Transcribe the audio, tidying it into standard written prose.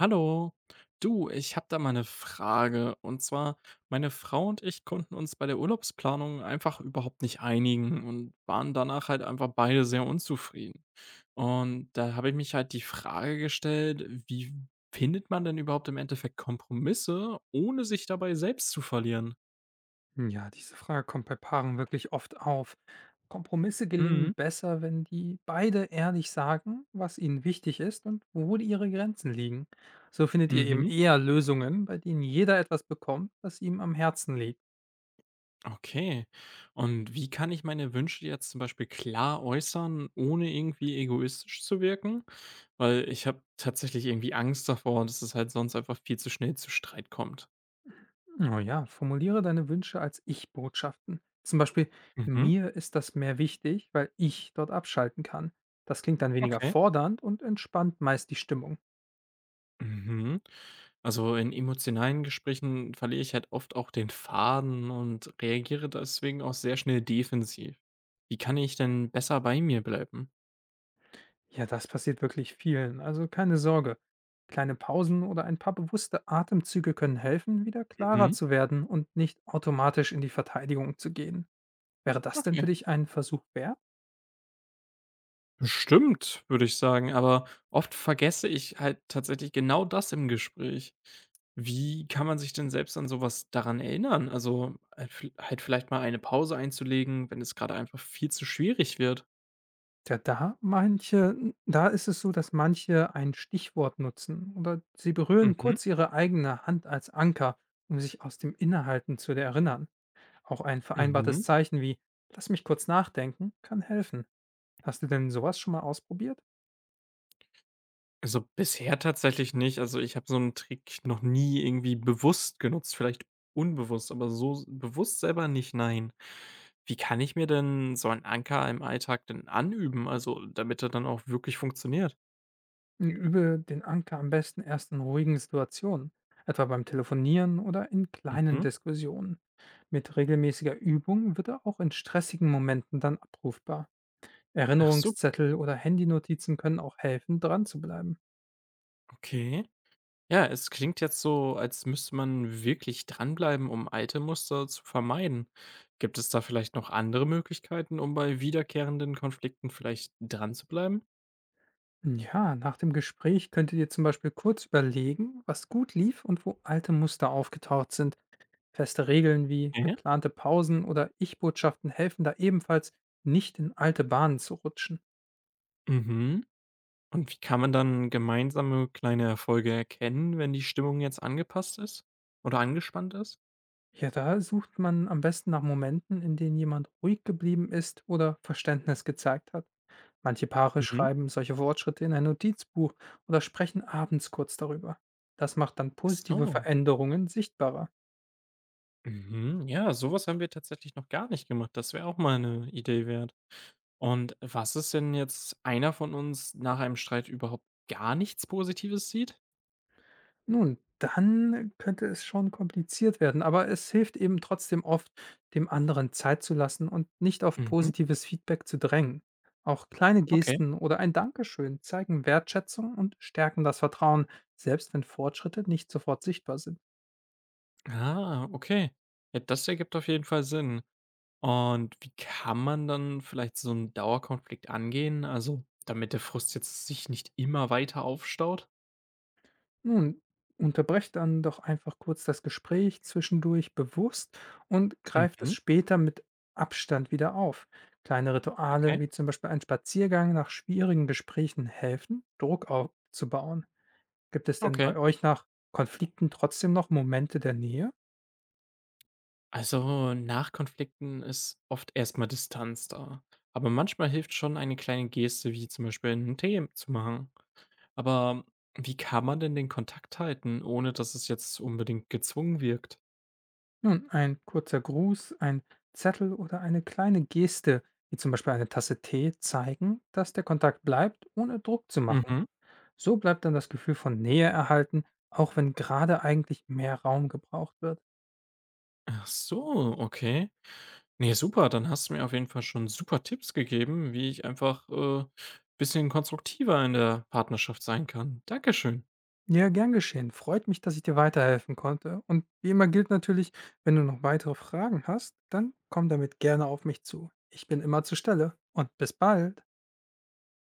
Hallo. Du, ich habe da mal eine Frage. Und zwar, meine Frau und ich konnten uns bei der Urlaubsplanung einfach überhaupt nicht einigen und waren danach halt einfach beide sehr unzufrieden. Und da habe ich mich halt die Frage gestellt, wie findet man denn überhaupt im Endeffekt Kompromisse, ohne sich dabei selbst zu verlieren? Ja, diese Frage kommt bei Paaren wirklich oft auf. Kompromisse gelingen Mhm. besser, wenn die beide ehrlich sagen, was ihnen wichtig ist und wo ihre Grenzen liegen. So findet ihr eben Mhm. eher Lösungen, bei denen jeder etwas bekommt, was ihm am Herzen liegt. Okay. Und wie kann ich meine Wünsche jetzt zum Beispiel klar äußern, ohne irgendwie egoistisch zu wirken? Weil ich habe tatsächlich irgendwie Angst davor, dass es halt sonst einfach viel zu schnell zu Streit kommt. Oh ja, formuliere deine Wünsche als Ich-Botschaften. Zum Beispiel, Mhm. mir ist das mehr wichtig, weil ich dort abschalten kann. Das klingt dann weniger Okay. fordernd und entspannt meist die Stimmung. Mhm. Also in emotionalen Gesprächen verliere ich halt oft auch den Faden und reagiere deswegen auch sehr schnell defensiv. Wie kann ich denn besser bei mir bleiben? Ja, das passiert wirklich vielen, also keine Sorge. Kleine Pausen oder ein paar bewusste Atemzüge können helfen, wieder klarer Mhm. zu werden und nicht automatisch in die Verteidigung zu gehen. Wäre das denn Okay. für dich ein Versuch wert? Bestimmt, würde ich sagen, aber oft vergesse ich halt tatsächlich genau das im Gespräch. Wie kann man sich denn selbst an sowas daran erinnern? Also, halt vielleicht mal eine Pause einzulegen, wenn es gerade einfach viel zu schwierig wird. Ja, da manche, da ist es so, dass manche ein Stichwort nutzen oder sie berühren Mhm, kurz ihre eigene Hand als Anker, um sich aus dem Innehalten zu erinnern. Auch ein vereinbartes mhm. Zeichen wie Lass mich kurz nachdenken kann helfen. Hast du denn sowas schon mal ausprobiert? Also, bisher tatsächlich nicht. Also, ich habe so einen Trick noch nie irgendwie bewusst genutzt, vielleicht unbewusst, aber so s bewusst selber nicht, nein. Wie kann ich mir denn so einen Anker im Alltag denn anüben, also damit er dann auch wirklich funktioniert? Übe den Anker am besten erst in ruhigen Situationen, etwa beim Telefonieren oder in kleinen Mhm. Diskussionen. Mit regelmäßiger Übung wird er auch in stressigen Momenten dann abrufbar. Ach so, Erinnerungszettel oder Handynotizen können auch helfen, dran zu bleiben. okay. Ja, es klingt jetzt so, als müsste man wirklich dranbleiben, um alte Muster zu vermeiden. Gibt es da vielleicht noch andere Möglichkeiten, um bei wiederkehrenden Konflikten vielleicht dran zu bleiben? Ja, nach dem Gespräch könnt ihr zum Beispiel kurz überlegen, was gut lief und wo alte Muster aufgetaucht sind. Feste Regeln wie Hä? geplante Pausen oder Ich-Botschaften helfen da ebenfalls, nicht in alte Bahnen zu rutschen. Mhm. Und wie kann man dann gemeinsame kleine Erfolge erkennen, wenn die Stimmung jetzt angepasst ist oder angespannt ist? Ja, da sucht man am besten nach Momenten, in denen jemand ruhig geblieben ist oder Verständnis gezeigt hat. Manche Paare Mhm. schreiben solche Fortschritte in ein Notizbuch oder sprechen abends kurz darüber. Das macht dann Ach positive so. Veränderungen sichtbarer. Mhm. Ja, sowas haben wir tatsächlich noch gar nicht gemacht. Das wäre auch mal eine Idee wert. Und was ist, wenn jetzt einer von uns nach einem Streit überhaupt gar nichts Positives sieht? Nun, dann könnte es schon kompliziert werden, aber es hilft eben trotzdem oft, dem anderen Zeit zu lassen und nicht auf Mhm, positives Feedback zu drängen. Auch kleine okay. Gesten oder ein Dankeschön zeigen Wertschätzung und stärken das Vertrauen, selbst wenn Fortschritte nicht sofort sichtbar sind. Ah, okay. Ja, das ergibt auf jeden Fall Sinn. Und wie kann man dann vielleicht so einen Dauerkonflikt angehen? Also, damit der Frust jetzt sich nicht immer weiter aufstaut? Nun, unterbrecht dann doch einfach kurz das Gespräch zwischendurch bewusst und greift es Mhm, später mit Abstand wieder auf. Kleine Rituale okay, wie zum Beispiel ein Spaziergang nach schwierigen Gesprächen helfen, Druck aufzubauen. Gibt es denn okay. bei euch nach Konflikten trotzdem noch Momente der Nähe? Also, nach Konflikten ist oft erst mal Distanz da. Aber manchmal hilft schon eine kleine Geste, wie zum Beispiel einen Tee zu machen. Aber wie kann man denn den Kontakt halten, ohne dass es jetzt unbedingt gezwungen wirkt? Nun, ein kurzer Gruß, ein Zettel oder eine kleine Geste, wie zum Beispiel eine Tasse Tee, zeigen, dass der Kontakt bleibt, ohne Druck zu machen. Mhm. So bleibt dann das Gefühl von Nähe erhalten, auch wenn gerade eigentlich mehr Raum gebraucht wird. Ach so, okay. Ne, super, dann hast du mir auf jeden Fall schon super Tipps gegeben, wie ich einfach, ein bisschen konstruktiver in der Partnerschaft sein kann. Dankeschön. Ja, gern geschehen. Freut mich, dass ich dir weiterhelfen konnte. Und wie immer gilt natürlich, wenn du noch weitere Fragen hast, dann komm damit gerne auf mich zu. Ich bin immer zur Stelle und bis bald.